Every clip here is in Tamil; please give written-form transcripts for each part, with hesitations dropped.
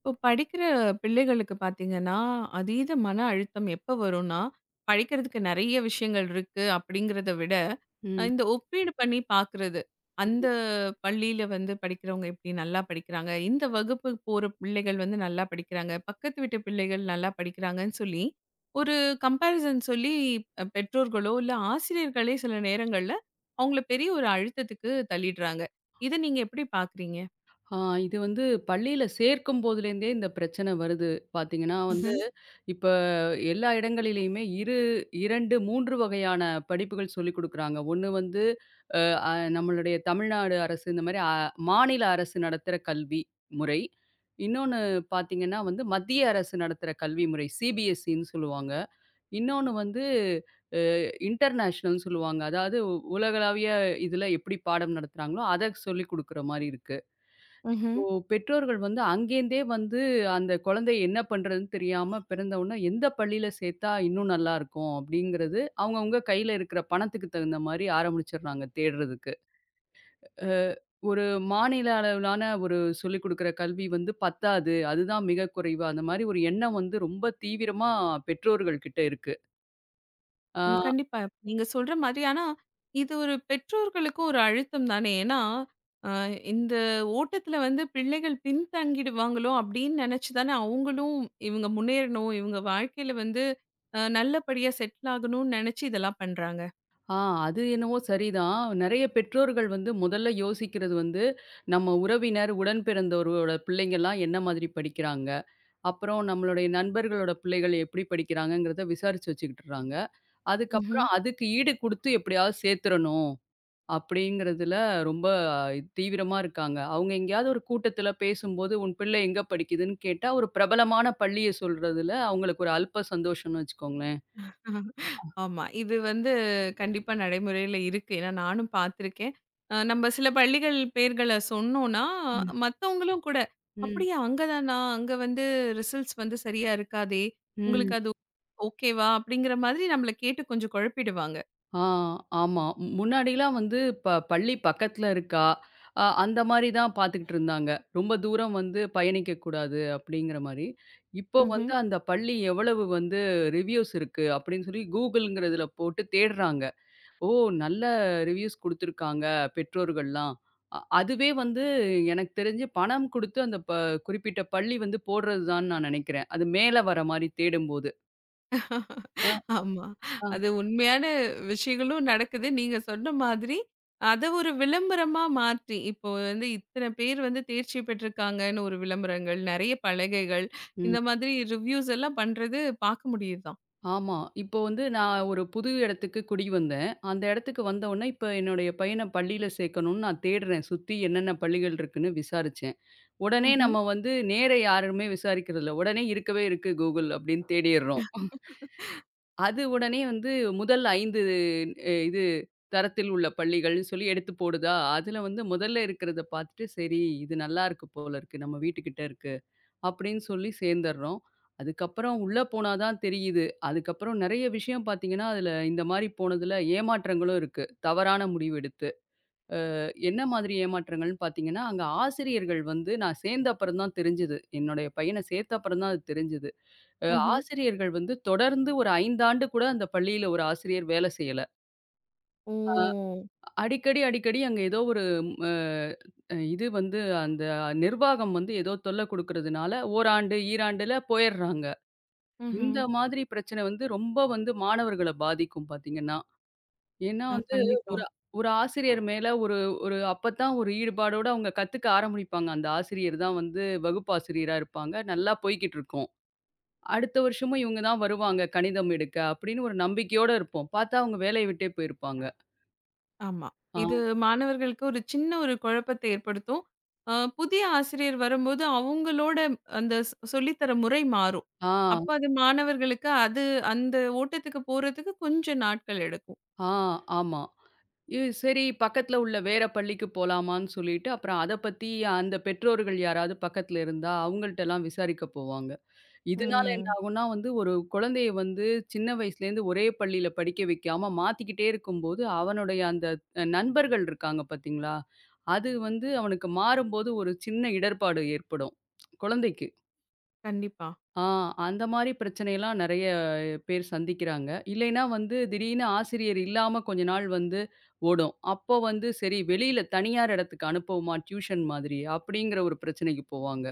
இப்போ படிக்கிற பிள்ளைகளுக்கு பார்த்தீங்கன்னா, அதீத மன அழுத்தம் எப்ப வரும்னா, படிக்கிறதுக்கு நெறைய விஷயங்கள் இருக்கு அப்படிங்கிறத விட, ம். இந்த ஒப்பீடு பண்ணி பார்க்குறது. அந்த பள்ளியில வந்து படிக்கிறவங்க எப்படி நல்லா படிக்கிறாங்க, இந்த வகுப்புக்கு போற பிள்ளைகள் வந்து நல்லா படிக்கிறாங்க, பக்கத்து வீட்டு பிள்ளைகள் நல்லா படிக்கிறாங்கன்னு சொல்லி, ஒரு கம்பேரிசன் சொல்லி பெற்றோர்களோ, இல்ல ஆசிரியர்களே சில நேரங்கள்ல அவங்கள பெரிய ஒரு அழுத்தத்துக்கு தள்ளிடுறாங்க. இத நீங்க எப்படி பார்க்குறீங்க? ஆ இது வந்து பள்ளியில சேர்க்கும் போதுலேருந்தே இந்த பிரச்சனை வருது. பார்த்தீங்கன்னா வந்து, ம்ஹ்ம். இப்ப எல்லா இடங்களிலேயுமே 2, 3 வகையான படிப்புகள் சொல்லிக் குடுக்குறாங்க. ஒண்ணு வந்து அ அ நம்மளுடைய தமிழ்நாடு அரசு இந்த மாரி மாநில அரசு நடத்துற கல்வி முறை. இன்னொன்னு பார்த்தீங்கன்னா வந்து, மத்திய அரசு நடத்துற கல்வி முறை சிபிஎஸ்இன்னு சொல்லுவாங்க. இன்னொன்னு வந்து அ இன்டர்நேஷனல்ன்னு சொல்லுவாங்க. அதாவது உலகளாவிய இதுல எப்படி பாடம் நடத்துறாங்களோ, அத சொல்லிக் குடுக்குற மாரி இருக்கு. ம்ஹ்ம். ஓ! பெற்றோர்கள் வந்து அங்கேருந்தே வந்து அந்த குழந்தை என்ன பண்றதுன்னு தெரியாம பிறந்தவுனே, எந்த பள்ளியில சேர்த்தா இன்னும் நல்லாருக்கும் அப்படிங்கிறது, அவங்கவங்க கையில இருக்கிற பணத்துக்கு தகுந்த மாரி ஆரம்பிச்சுடுறாங்க தேடுறதுக்கு. அ ஒரு மாநில அளவிலான ஒரு சொல்லிக் குடுக்குற கல்வி வந்து பத்தாது. அதுதான் மிக குறைவு. அந்த மாரி ஒரு எண்ணம் வந்து ரொம்ப தீவிரமா பெற்றோர்கள் கிட்ட இருக்கு. ஆ ம். கண்டிப்பா. நீங்க சொல்ற மாதிரி ஆனா, இது ஒரு பெற்றோர்களுக்கும் ஒரு அழுத்தம் தானே! ஏன்னா, அ இந்த ஓட்டத்தில வந்து பிள்ளைகள் பின்தங்கிடுவாங்களோ! அப்பிடின்னு நினச்சு தானே அவுங்களும் இவுங்க முன்னேறணும், இவுங்க வாழ்க்கையில வந்து நல்லபடியா செட்டில் ஆகணுன்னு நினச்சு இதெல்லாம் பண்றாங்க. ஆ அது என்னவோ சரிதான். நெறைய பெற்றோர்கள் வந்து முதல்ல யோசிக்கிறது வந்து, நம்ம உறவினர், உடன் பிறந்தோரோட பிள்ளைங்கலாம் என்ன மாதிரி படிக்கிறாங்க? அப்புறம் நம்மளுடைய நண்பர்களோட பிள்ளைகள் எப்படி படிக்கிறாங்கங்கிறத விசாரிச்சு வச்சுக்கிட்டுறாங்க. ம்ஹ்ம். அதுக்கப்புறம் அதுக்கு ஈடு குடுத்து எப்படியாவது சேர்த்துறணும் அப்படிங்கிறதுல ரொம்ப தீவிரமா இருக்காங்க. அவங்க எங்கேயாவது ஒரு கூட்டத்தில பேசும்போது, "உன் பிள்ளை எங்க படிக்குதுன்னு?" கேட்டா, ஒரு பிரபலமான பள்ளிய சொல்றதுல அவங்களுக்கு ஒரு அல்ப சந்தோஷம்னு வச்சுக்கோங்களேன். ஆஹா. ஆமா. இது வந்து கண்டிப்பா நடைமுறையில இருக்கு. ஏன்னா நானும் பார்த்துருக்கேன். நம்ம சில பள்ளிகள் பேர்கள சொன்னோம்னா, ம். மத்தவங்களும் கூட, ம், "அப்படியா அங்க தானா? அங்க வந்து ரிசல்ட்ஸ் வந்து சரியா இருக்காதே! ம். உங்களுக்கு அது ஓகேவா?" அப்படிங்கிற மாதிரி நம்மள கேட்டு கொஞ்சம் குழப்பிடுவாங்க. ஆ ஆமா. முன்னாடிலாம் வந்து பள்ளி பக்கத்துல இருக்கா, அந்த மாரி தான் பார்த்துக்கிட்டு இருந்தாங்க. ரொம்ப தூரம் வந்து பயணிக்கக்கூடாது அப்படிங்கிற மாரி. இப்போ ம்ஹ்ம். வந்து அந்த பள்ளி எவ்வளவு வந்து ரிவ்யூஸ் இருக்கு அப்படின்னு சொல்லி கூகுள்ங்கிறதுல போட்டு தேடுறாங்க. ஓ! நல்ல ரிவ்யூஸ் குடுத்துருக்காங்க பெற்றோர்கள்லாம். அதுவே வந்து எனக்கு தெரிஞ்சு பணம் குடுத்து அந்த குறிப்பிட்ட பள்ளி வந்து போடுறது தான்னு நான் நெனைக்கிறேன். அது மேல வர மாரி தேடும்போது. அ, ஆமா. ஆ. அது உண்மையான விஷயங்களும் நடக்குது. நீங்க சொன்ன மாதிரி, அத ஒரு விளம்பரமா மாற்றி, இப்போ வந்து இத்தன பேர் வந்து தேர்ச்சி பெற்றிருக்காங்கன்னு ஒரு விளம்பரங்கள், நெறைய பலகைகள், ம். இந்த மாதிரி ரிவ்யூஸ் எல்லாம் பண்றது பார்க்க முடியுதாம். ஆமா. இப்போ வந்து நான் ஒரு புது இடத்துக்கு குடி வந்தேன். அந்த இடத்துக்கு வந்த உடனே இப்ப என்னுடைய பையன பள்ளியில சேர்க்கணும்னு நான் தேடுறேன். சுத்தி என்னென்ன பள்ளிகள் இருக்குன்னு விசாரிச்சேன். உடனே ம்ஹ்ம். நம்ம வந்து நேர யாருமே விசாரிக்கிறதில்ல. உடனே இருக்கவே இருக்கு Google அப்படின்னு தேடிர்றோம். அது உடனே வந்து முதல் 5 இது தரத்தில் உள்ள பள்ளிகள்னு சொல்லி எடுத்து போடுதா, அதுல வந்து முதல்ல இருக்கிறத பார்த்துட்டு, சரி இது நல்லாருக்கு போல இருக்கு. நம்ம வீட்டுக்கிட்ட இருக்கு. அப்படின்னு சொல்லி சேர்ந்துர்றோம். அதுக்கப்புறம் உள்ள போனா தான் தெரியுது. அதுக்கப்புறம் நெறைய விஷயம் பார்த்தீங்கன்னா, அதில இந்த மாரி போனதில ஏமாற்றங்களும் இருக்கு. தவறான முடிவு எடுத்து. என்ன மாதிரி ஏமாற்றங்கள்னு பார்த்தீங்கன்னா, அங்க ஆசிரியர்கள் வந்து நான் சேர்ந்த அப்புறம் தான் தெரிஞ்சது. என்னுடைய பையன சேர்த்த அப்புறம் தான் அது தெரிஞ்சது. அ ம்ஹ்ம். ஆசிரியர்கள் வந்து தொடர்ந்து ஒரு 5 ஆண்டு கூட அந்த பள்ளியில ஒரு ஆசிரியர் வேல செய்யல. ஓ! அடிக்கடி, அடிக்கடி அங்க ஏதோ ஒரு அ இது வந்து அந்த நிர்வாகம் வந்து ஏதோ தொல்ல குடுக்கிறதுனால ஓராண்டு, ஈராண்டுல போயர்றாங்க. ம்ஹ்ம். இந்த மாதிரி பிரச்சனை வந்து ரொம்ப வந்து மாணவர்கள பாதிக்கும் பார்த்தீங்கன்னா. ஏன்னா வந்து கண்டிப்பா. ஒரு ஒரு ஆசிரியர் மேல ஒரு ஒரு அப்பத்தான் ஒரு ஈடுபாடோட அவங்க கத்துக்க ஆரம்பிப்பாங்க. அந்த ஆசிரியர் தான் வந்து வகுப்பாசிரியரா இருப்பாங்க. நல்லா போய்க்கிட்டுருக்கும். அடுத்த வருஷமும் இவங்க தான் வருவாங்க கணிதம் எடுக்க அப்படின்னு ஒரு நம்பிக்கையோட இருப்போம். பார்த்தா அவங்க வேலைய விட்டே போயிருப்பாங்க. ஆமா. ஆ, இது மாணவர்களுக்கு ஒரு சின்ன ஒரு குழப்பத்தை ஏற்படுத்தும். அ புதிய ஆசிரியர் வரும்போது அவங்களோட அந்த சொல்லித் தர முறை மாறும். ஆ, அப்ப அது மாணவர்களுக்கு அது அந்த ஓட்டத்துக்கு போறதுக்கு கொஞ்சம் நாட்கள் எடுக்கும். ஆ, ஆமா. சரி பக்கத்துல உள்ள வேற பள்ளிக்கு போலாமான்னு சொல்லிட்டு, அப்புறம் அத பத்தி அந்த பெற்றோர்கள் யாராவது பக்கத்துல இருந்தா அவங்கள்ட்டலாம் விசாரிக்க போவாங்க. இதனால என்ன ம். ஆகும்னா வந்து, ஒரு குழந்தைய வந்து சின்ன வயசுலேருந்து ஒரே பள்ளியில படிக்க வைக்காம மாத்திக்கிட்டே இருக்கும்போது, அவனுடைய அந்த நண்பர்கள் இருக்காங்க பார்த்தீங்களா? அது வந்து அவனுக்கு மாறும்போது ஒரு சின்ன இடர்பாடு ஏற்படும். குழந்தைக்கு. கண்டிப்பா. ஆ அந்த மாரி பிரச்சனையெல்லாம் நெறைய பேர் சந்திக்கிறாங்க. இல்லைன்னா வந்து திடீர்னு ஆசிரியர் இல்லாம கொஞ்ச நாள் வந்து ஓடும். அப்போ வந்து சரி வெளியில தனியார் இடத்துக்கு அனுப்புவோமா டியூஷன் மாதிரி அப்படிங்கிற ஒரு பிரச்சனைக்கு போவாங்க.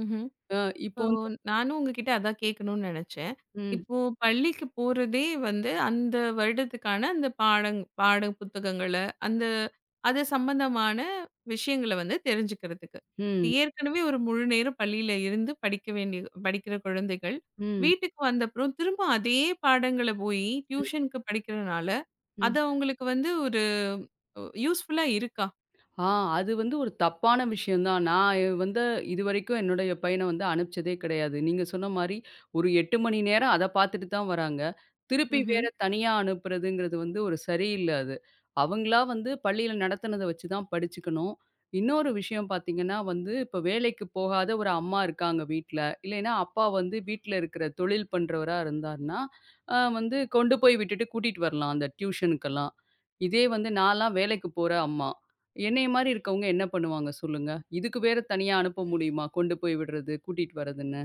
ம்ஹ்ம். அ ஓ! இப்போ வந்து நானும் உங்ககிட்ட அதான் கேட்கணும்னு நெனச்சேன். ம், இப்போ பள்ளிக்கு போறதே வந்து அந்த வருடத்துக்கான அந்த பாட புத்தகங்கள, அந்த அது சம்பந்தமான விஷயங்கள வந்து தெரிஞ்சுக்கிறதுக்கு. ம், ஏற்கனவே ஒரு முழு நேரம் பள்ளியில இருந்து படிக்க வேண்டிய படிக்கிற குழந்தைகள், ம், வீட்டுக்கு வந்தப்புறம் திரும்ப அதே பாடங்கள போயி ம், டியூஷனுக்கு படிக்கிறனால, ம். அது அவங்களுக்கு வந்து ஒரு யூஸ்ஃபுல்லா இருக்கா? ஆ அது வந்து ஒரு தப்பான விஷயம் தான். நான் வந்து இதுவரைக்கும் என்னுடைய பையன வந்து அனுப்பிச்சதே கிடையாது. நீங்க சொன்ன மாரி ஒரு 8 மணி நேரம் அத பார்த்துட்டு தான் வராங்க. திருப்பி ம்ஹ்ம். வேற தனியா அனுப்புறதுங்கிறது வந்து ஒரு சரியில்ல அது. அவங்களா வந்து பள்ளியில நடத்தினத வச்சு தான் படிச்சுக்கணும். இன்னொரு விஷயம் பார்த்தீங்கன்னா வந்து, இப்ப வேலைக்கு போகாத ஒரு அம்மா இருக்காங்க வீட்ல. இல்லைன்னா அப்பா வந்து வீட்ல இருக்கிற தொழில் பண்றவரா இருந்தாருன்னா, வந்து கொண்டு போய் விட்டுட்டு கூட்டிட்டு வரலாம் அந்த டியூஷனுக்கெல்லாம். இதே வந்து நான்லாம் வேலைக்கு போற அம்மா. என்னைய மாரி இருக்கவங்க என்ன பண்ணுவாங்க சொல்லுங்க? இதுக்கு வேற தனியா அனுப்ப முடியுமா? கொண்டு போய் விடுறது, கூட்டிட்டு வரதுன்னு.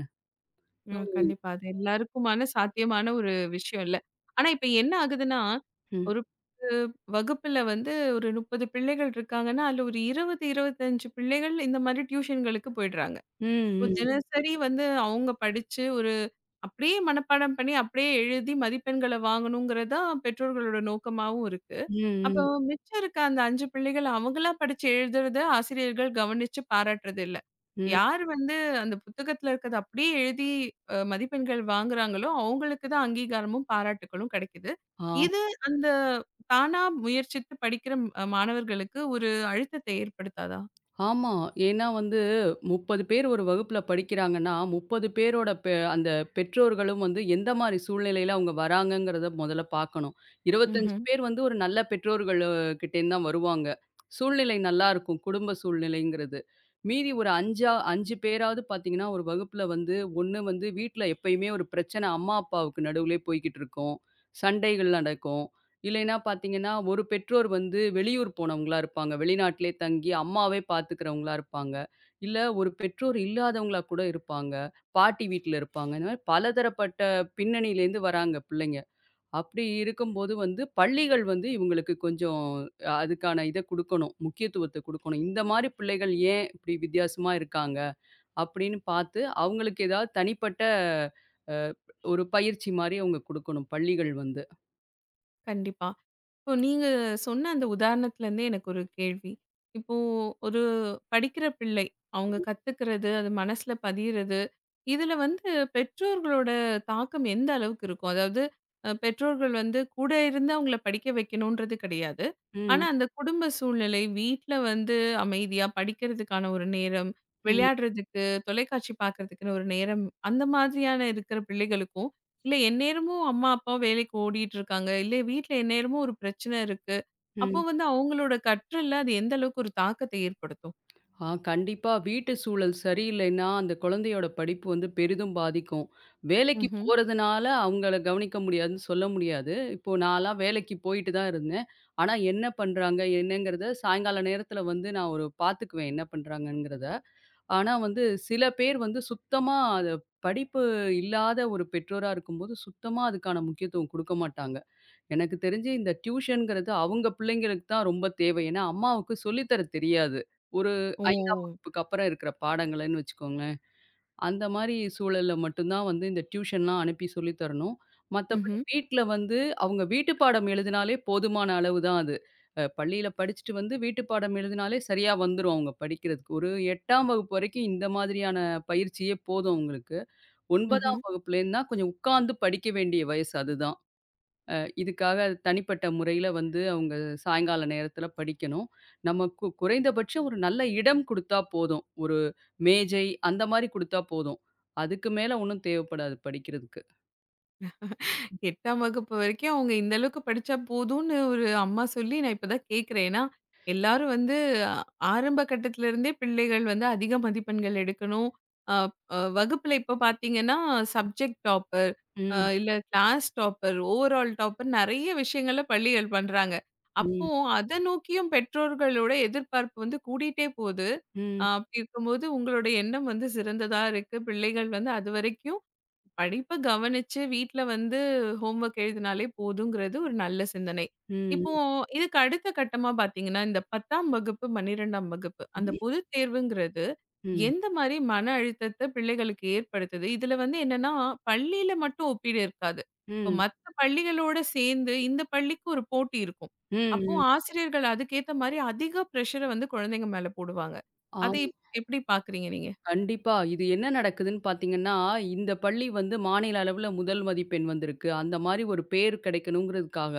ஓ! ம். கண்டிப்பா. அது எல்லாருக்குமான சாத்தியமான ஒரு விஷயம் இல்ல. ஆனா இப்ப என்ன ஆகுதுன்னா, ம். ஒரு அஹ், வகுப்புல வந்து ஒரு 30 பிள்ளைகள் இருக்காங்கன்னா, அதுல ஒரு 20, 25 பிள்ளைகள் இந்த மாதிரி டியூஷன்களுக்கு போயிடுறாங்க. ம், இப்போ ம். தினசரி வந்து அவங்க படிச்சு ஒரு அப்படியே மனப்பாடம் பண்ணி, அப்படியே எழுதி மதிப்பெண்கள வாங்கணுங்கிறது தான் பெற்றோர்களோட நோக்கமாவும் இருக்கு. ம், அப்போ ம். மிச்சம் இருக்க அந்த 5 பிள்ளைகள் அவங்களா படிச்சு எழுதுறத ஆசிரியர்கள் கவனிச்சு பாராட்டுறது இல்ல. ம். யார் வந்து அந்த புத்தகத்துல இருக்கத அப்படியே எழுதி மதிப்பெண்கள் வாங்குறாங்களோ, அவங்களுக்கு தான் அங்கீகாரமும், பாராட்டுக்களும் கிடைக்குது. ஆ. இது அந்த தானா முயற்சித்து படிக்கிற மாணவர்களுக்கு ஒரு அழுத்தத்தை ஏற்படுத்தாதா? ஆமா. ஏன்னா வந்து 30 பேர் ஒரு வகுப்புல படிக்கிறாங்கன்னா, 30 பேரோட அந்த பெற்றோர்களும் வந்து எந்த மாரி சூழ்நிலையில அவங்க வராங்கங்கிறத முதல்ல பார்க்கணும். 25 ம்ஹ்ம். பேர் வந்து ஒரு நல்ல பெற்றோர்கள் கிட்டேருந்து தான் வருவாங்க. சூழ்நிலை நல்லாருக்கும். குடும்ப சூழ்நிலைங்கிறது. மீதி ஒரு 5ஆ 5 பேராவது பார்த்தீங்கன்னா, ஒரு வகுப்புல வந்து ஒண்ணு வந்து வீட்ல எப்பயுமே ஒரு பிரச்சனை அம்மா, அப்பாவுக்கு நடுவுலயே போய்க்கிட்டு இருக்கும். சண்டைகள் நடக்கும். இல்லைன்னா பார்த்தீங்கன்னா, ஒரு பெற்றோர் வந்து வெளியூர் போனவங்களா இருப்பாங்க. வெளிநாட்டிலே தங்கி அம்மாவே பார்த்துக்கிறவங்களா இருப்பாங்க. இல்ல ஒரு பெற்றோர் இல்லாதவங்களா கூட இருப்பாங்க. பாட்டி வீட்ல இருப்பாங்க. இந்த மாரி பலதரப்பட்ட பின்னணியிலேருந்து வராங்க பிள்ளைங்க. அப்படி இருக்கும்போது வந்து பள்ளிகள் வந்து இவங்களுக்கு கொஞ்சம் அதுக்கான இத குடுக்கணும். முக்கியத்துவத்த குடுக்கணும். இந்த மாரி பிள்ளைகள் ஏன் இப்படி வித்தியாசமா இருக்காங்க? அப்படின்னு பார்த்து அவங்களுக்கு ஏதாவது தனிப்பட்ட அ ஒரு பயிற்சி மாரி அவங்க குடுக்கணும் பள்ளிகள் வந்து. கண்டிப்பா. இப்போ நீங்க சொன்ன அந்த உதாரணத்துல இருந்தே எனக்கு ஒரு கேள்வி. இப்போ ஒரு படிக்கிற பிள்ளை, அவங்க கத்துக்கிறது, அது மனசுல பதியிறது, இதுல வந்து பெற்றோர்களோட தாக்கம் எந்த அளவுக்கு இருக்கும்? அதாவது பெற்றோர்கள் வந்து கூட இருந்து அவங்கள படிக்க வைக்கணுன்றது கிடையாது. ஆனா ம். அந்த குடும்ப சூழ்நிலை, வீட்ல வந்து அமைதியா படிக்கிறதுக்கான ஒரு நேரம், ம். விளையாடுறதுக்கு, தொலைக்காட்சி பார்க்கறதுக்குன்னு ஒரு நேரம், அந்த மாதிரியான இருக்கிற பிள்ளைகளுக்கும், இல்ல எந்நேரமும் அம்மா, அப்பா வேலைக்கு ஓடிட்டுருக்காங்க. இல்ல வீட்ல எந்நேரமும் ஒரு பிரச்சனை இருக்கு. அப்போ ம். வந்து அவங்களோட கற்றல்ல அது எந்த அளவுக்கு ஒரு தாக்கத்த ஏற்படுத்தும்? கண்டிப்பா. வீட்டு சூழல் சரியில்லைன்னா, அந்த குழந்தையோட படிப்பு வந்து பெரிதும் பாதிக்கும். வேலைக்கு ம்ஹ்ம். போறதுனால அவங்கள கவனிக்க முடியாதுன்னு சொல்ல முடியாது. இப்போ நான்லாம் வேலைக்கு போயிட்டு தான் இருந்தேன். ஆனா என்ன பண்றாங்க? என்னங்கிறத சாயங்கால நேரத்தில வந்து நான் ஒரு பார்த்துக்குவேன் என்ன பண்றாங்கங்கிறத. ஆனா வந்து சில பேர் வந்து சுத்தமா அத படிப்பு இல்லாத ஒரு பெற்றோரா இருக்கும்போது, சுத்தமா அதுக்கான முக்கியத்துவம் குடுக்க மாட்டாங்க. எனக்கு தெரிஞ்சு இந்த டியூஷன்ங்கிறது அவங்க பிள்ளைங்களுக்கு தான் ரொம்ப தேவை. ஏன்னா, அம்மாவுக்கு சொல்லி தர தெரியாது. ஒரு ஓ! 5ஆம் வகுப்புக்கு அப்புறம் இருக்கிற பாடங்களன்னு வச்சுக்கோங்களேன். அந்த மாரி சூழல்ல மட்டும் தான் வந்து இந்த டியூஷன்லாம் அனுப்பி சொல்லி தரணும். மத்தபடி ம்ஹ்ம். வீட்ல வந்து அவங்க வீட்டு பாடம் எழுதினாலே போதுமான அளவு தான் அது. பள்ளியில படிச்சுட்டு வந்து வீட்டு பாடம் எழுதினாலே சரியா வந்துரும் அவங்க படிக்கிறதுக்கு. ஒரு 8ஆம் வகுப்பு வரைக்கும் இந்த மாதிரியான பயிற்சியே போதும் அவங்களுக்கு. ம்ஹ்ம். 9ஆம் வகுப்புலேருந்து தான் கொஞ்சம் உட்கார்ந்து படிக்க வேண்டிய வயசு அதுதான். அ இதுக்காக அது தனிப்பட்ட முறையில வந்து அவங்க சாயங்கால நேரத்தில படிக்கணும். நமக்கு குறைந்தபட்சம் ஒரு நல்ல இடம் குடுத்தா போதும். ஒரு மேஜை அந்த மாரி குடுத்தா போதும். அதுக்கு மேல ஒண்ணும் தேவைப்படாது படிக்கிறதுக்கு. 8ஆம் வகுப்பு வரைக்கும் அவங்க இந்த அளவுக்கு படிச்சா போதும்னு ஒரு அம்மா சொல்லி நான் இப்ப தான் கேட்கிறேன். ஏன்னா, எல்லாரும் வந்து அ- ஆரம்ப கட்டத்துல இருந்தே பிள்ளைகள் வந்து அதிக மதிப்பெண்கள் எடுக்கணும். அ அ வகுப்புல இப்ப பார்த்தீங்கன்னா, சப்ஜெக்ட் டாப்பர், ம், இல்ல கிளாஸ் டாப்பர், ஓவரால் டாப்பர் நெறைய விஷயங்கள்ல பள்ளிகள் பண்றாங்க. அப்போ ம், அத நோக்கியும் பெற்றோர்களோட எதிர்பார்ப்பு வந்து கூடிட்டே போது. ம், அப்படி இருக்கும்போது உங்களோட எண்ணம் வந்து சிறந்ததா இருக்கு. பிள்ளைகள் வந்து அதுவரைக்கும் படிப்ப கவனிச்சு வீட்ல வந்து ஹோம் ஒர்க் எழுதினாலே போதுங்கிறது ஒரு நல்ல சிந்தனை. ம், இப்போ இதுக்கு அடுத்த கட்டமா பார்த்தீங்கன்னா, இந்த 10ஆம் வகுப்பு, 12ஆம் வகுப்பு ம், அந்த ம், பொதுத் தேர்வுங்கிறது ம், எந்த மாரி மன அழுத்தத்த பிள்ளைகளுக்கு ஏற்படுத்துது? இதுல வந்து என்னன்னா, பள்ளியில மட்டும் ஒப்பீடு இருக்காது. இப்போ ம், மத்த பள்ளிகளோட சேர்ந்து இந்த பள்ளிக்கு ஒரு போட்டி இருக்கும். ம், அப்போ ம்). ஆசிரியர்கள் அதுக்கேத்த மாரி அதிக பிரஷர வந்து குழந்தைங்க மேல போடுவாங்க. அதை ஆமா. எப்படி பார்க்குறீங்க நீங்க? கண்டிப்பா. இது என்ன நடக்குதுன்னு பார்த்தீங்கன்னா, இந்த பள்ளி வந்து மாநில அளவுல முதல் மதிப்பெண் வந்திருக்கு. அந்த மாரி ஒரு பேர் கிடைக்கணுங்கிறதுக்காக,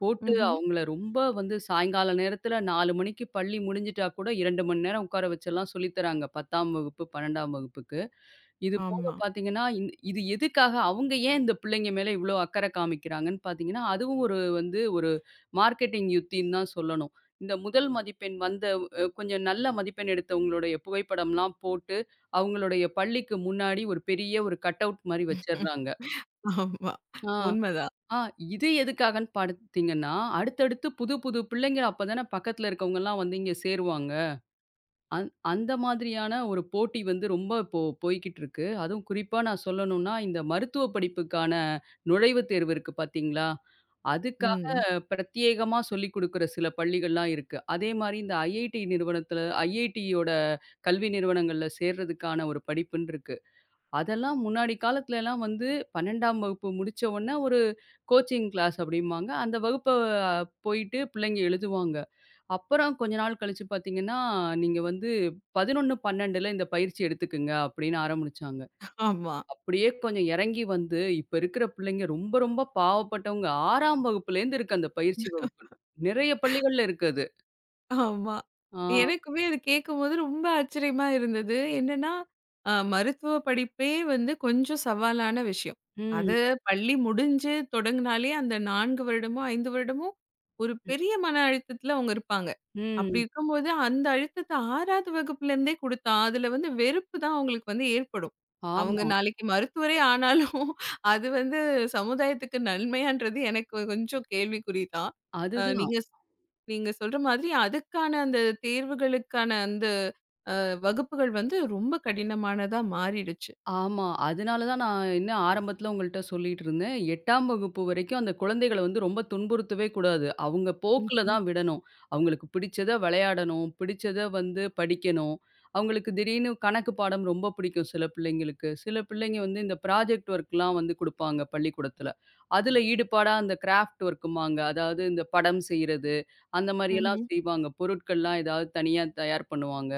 போட்டு ம்ஹ்ம். அவங்கள ரொம்ப வந்து சாயங்கால நேரத்தில 4 மணிக்கு பள்ளி முடிஞ்சிட்டா கூட 2 மணி நேரம் உட்கார வச்செல்லாம் சொல்லி தராங்க. 10ஆம் வகுப்பு, 12ஆம் வகுப்புக்கு. இது போக ஆமா. பார்த்தீங்கன்னா, இது எதுக்காக அவங்க ஏன் இந்த பிள்ளைங்க மேல இவ்ளோ அக்கறை காமிக்கிறாங்கன்னு பார்த்தீங்கன்னா, அதுவும் ஒரு வந்து ஒரு மார்க்கெட்டிங் யுக்தின்னு தான் சொல்லணும். இந்த முதல் மதிப்பெண் வந்த கொஞ்சம் நல்ல மதிப்பெண் எடுத்தவங்களுடைய புகைப்படம்லாம் போட்டு, அவங்களுடைய பள்ளிக்கு முன்னாடி ஒரு பெரிய ஒரு கட் அவுட் மாரி வச்சர்றாங்க. ஆமா. ஆ, உண்மதான். ஆ இது எதுக்காகன்னு பார்த்தீங்கன்னா, அடுத்தடுத்து புது புது பிள்ளைங்க அப்ப தானே பக்கத்துல இருக்கவங்கலாம் வந்து இங்க சேருவாங்க. அந்த மாதிரியான ஒரு போட்டி வந்து ரொம்ப இப்போ போய்க்கிட்டு இருக்கு. அதுவும் குறிப்பா நான் சொல்லணும்னா, இந்த மருத்துவ படிப்புக்கான நுழைவுத் தேர்வு இருக்கு பார்த்தீங்களா? அதுக்காக ம். பிரத்யேகமா சொல்லிக் குடுக்குற சில பள்ளிகள்லாம் இருக்கு. அதே மாரி இந்த ஐஐடி நிறுவனத்தில ஐஐடியோட கல்வி நிறுவனங்கள்ல சேர்றதுக்கான ஒரு படிப்புன்னு இருக்கு. அதெல்லாம் முன்னாடி காலத்துலலாம் வந்து 12ஆம் வகுப்பு முடிச்ச உடனே ஒரு கோச்சிங் கிளாஸ் அப்படிம்பாங்க. அந்த வகுப்ப போயிட்டு பிள்ளைங்க எழுதுவாங்க. அப்புறம் கொஞ்ச நாள் கழிச்சு பார்த்தீங்கன்னா, நீங்க வந்து 11, 12ல இந்த பயிற்சி எடுத்துக்குங்க அப்படின்னு ஆரம்பிச்சாங்க. ஆமா. அப்படியே கொஞ்சம் இறங்கி வந்து, இப்ப இருக்கிற பிள்ளைங்க ரொம்ப ரொம்ப பாவப்பட்டவங்க. 6ஆம் வகுப்புலேருந்து இருக்கு அந்த பயிற்சி வகுப்பு. நிறைய பள்ளிகள்ல இருக்கு அது. ஆமா. ஆ. எனக்குமே அது கேட்கும்போது ரொம்ப ஆச்சரியமா இருந்தது. என்னன்னா, மருத்துவ படிப்பே வந்து கொஞ்சம் சவாலான விஷயம். ம். அது பள்ளி முடிஞ்சு தொடங்குனாலே அந்த 4 வருடமோ, 5 வருடமோ ஒரு பெரிய மன அழுத்தத்துல அவங்க இருப்பாங்க. அப்படி ம். இருக்கும்போது அந்த அழுத்தத்த 6வது வகுப்புலேருந்தே குடுத்தா, அதுல வந்து வெறுப்பு தான் அவங்களுக்கு வந்து ஏற்படும். அவங்க ஆமா. நாளைக்கு மருத்துவரே ஆனாலும், அது வந்து சமுதாயத்துக்கு நன்மையான்றது எனக்கு கொஞ்சம் கேள்விக்குறி தான். அ அதுதான். நீங்க நீங்க சொல்ற மாதிரி அதுக்கான அந்த தேர்வுகளுக்கான அந்த வகுப்புகள் வந்து ரொம்ப கடினமானதா மாறிடுச்சு. ஆமா. அதனால தான் நான் என்ன ஆரம்பத்தில உங்கள்ட்ட சொல்லிட்டு இருந்தேன். 8ஆம் வகுப்பு வரைக்கும் அந்த குழந்தைகள வந்து ரொம்ப துன்புறுத்தவே கூடாது. அவங்க போக்குல ம்ஹ்ம். தான் விடணும். அவங்களுக்கு பிடிச்சத விளையாடணும், பிடிச்சத வந்து படிக்கணும். அவங்களுக்கு திடீர்னு கணக்கு பாடம் ரொம்ப பிடிக்கும் சில பிள்ளைங்களுக்கு. சில பிள்ளைங்க வந்து இந்த ப்ராஜெக்ட் ஒர்க்லாம் வந்து குடுப்பாங்க பள்ளிக்கூடத்தில. அதில ஈடுபாடா அந்த கிராஃப்ட் ஒர்க்கும்பாங்க. அதாவது இந்த படம் செய்றது, அந்த மாரியெல்லாம் ம்ஹ்ம். செய்வாங்க. பொருட்கள்லாம் ஏதாவது தனியா தயார் பண்ணுவாங்க.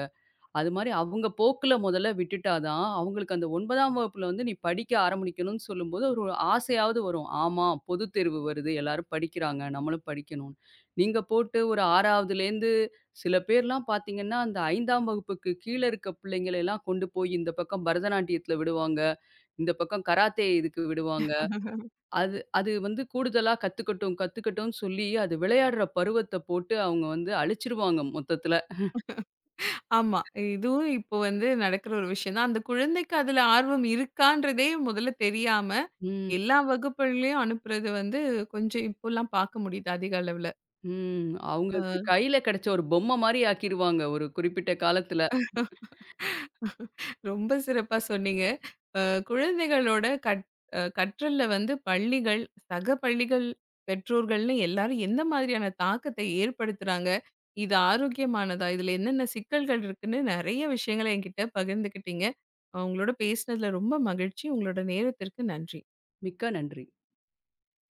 அது மாரி அவங்க போக்குல முதல்ல விட்டுட்டா தான், அவங்களுக்கு அந்த 9ஆம் வகுப்புல வந்து நீ படிக்க ஆரம்பிக்கணும்னு சொல்லும்போது, ஒரு ஆசையாவது வரும். ஆமா, பொதுத் தேர்வு வருது. எல்லாரும் படிக்கிறாங்க. நம்மளும் படிக்கணும்னு. நீங்க போட்டு ஒரு 6வதுலேருந்து சில பேர்லாம் பார்த்தீங்கன்னா, அந்த 5ஆம் வகுப்புக்கு கீழ இருக்க பிள்ளைங்கள எல்லாம் கொண்டு போய் இந்த பக்கம் பரதநாட்டியத்துல விடுவாங்க. இந்த பக்கம் கராத்தே இதுக்கு விடுவாங்க. அது அது வந்து கூடுதலா கத்துக்கட்டும், கத்துக்கட்டும்னு சொல்லி, அது விளையாடுற பருவத்த போட்டு அவங்க வந்து அழிச்சிருவாங்க மொத்தத்துல. ஆமா. இதுவும் இப்போ வந்து நடக்குற ஒரு விஷயம் தான். அந்த குழந்தைக்கு அதுல ஆர்வம் இருக்கான்றதே முதல்ல தெரியாம, ம். எல்லா வகுப்புகள்லயும் அனுப்புறது வந்து கொஞ்சம் இப்போலாம் பார்க்க முடியுது அதிக அளவுல. ம். அவங்களுக்கு கையில கிடைச்ச ஒரு பொம்மை மாரி ஆக்கிருவாங்க, ஒரு குறிப்பிட்ட காலத்துல. ரொம்ப சிறப்பா சொன்னீங்க. அ குழந்தைகளோட கற்றல்ல வந்து பள்ளிகள், சக பள்ளிகள், பெற்றோர்கள்னு எல்லாரும் எந்த மாதிரியான தாக்கத்தை ஏற்படுத்துறாங்க? இது ஆரோக்கியமானதா? இதுல என்னென்ன சிக்கல்கள் இருக்குன்னு நெறைய விஷயங்கள என்கிட்ட பகிர்ந்துக்கிட்டீங்க. உங்களோட பேசினதுல ரொம்ப மகிழ்ச்சி. உங்களோட நேரத்திற்கு நன்றி. மிக்க நன்றி.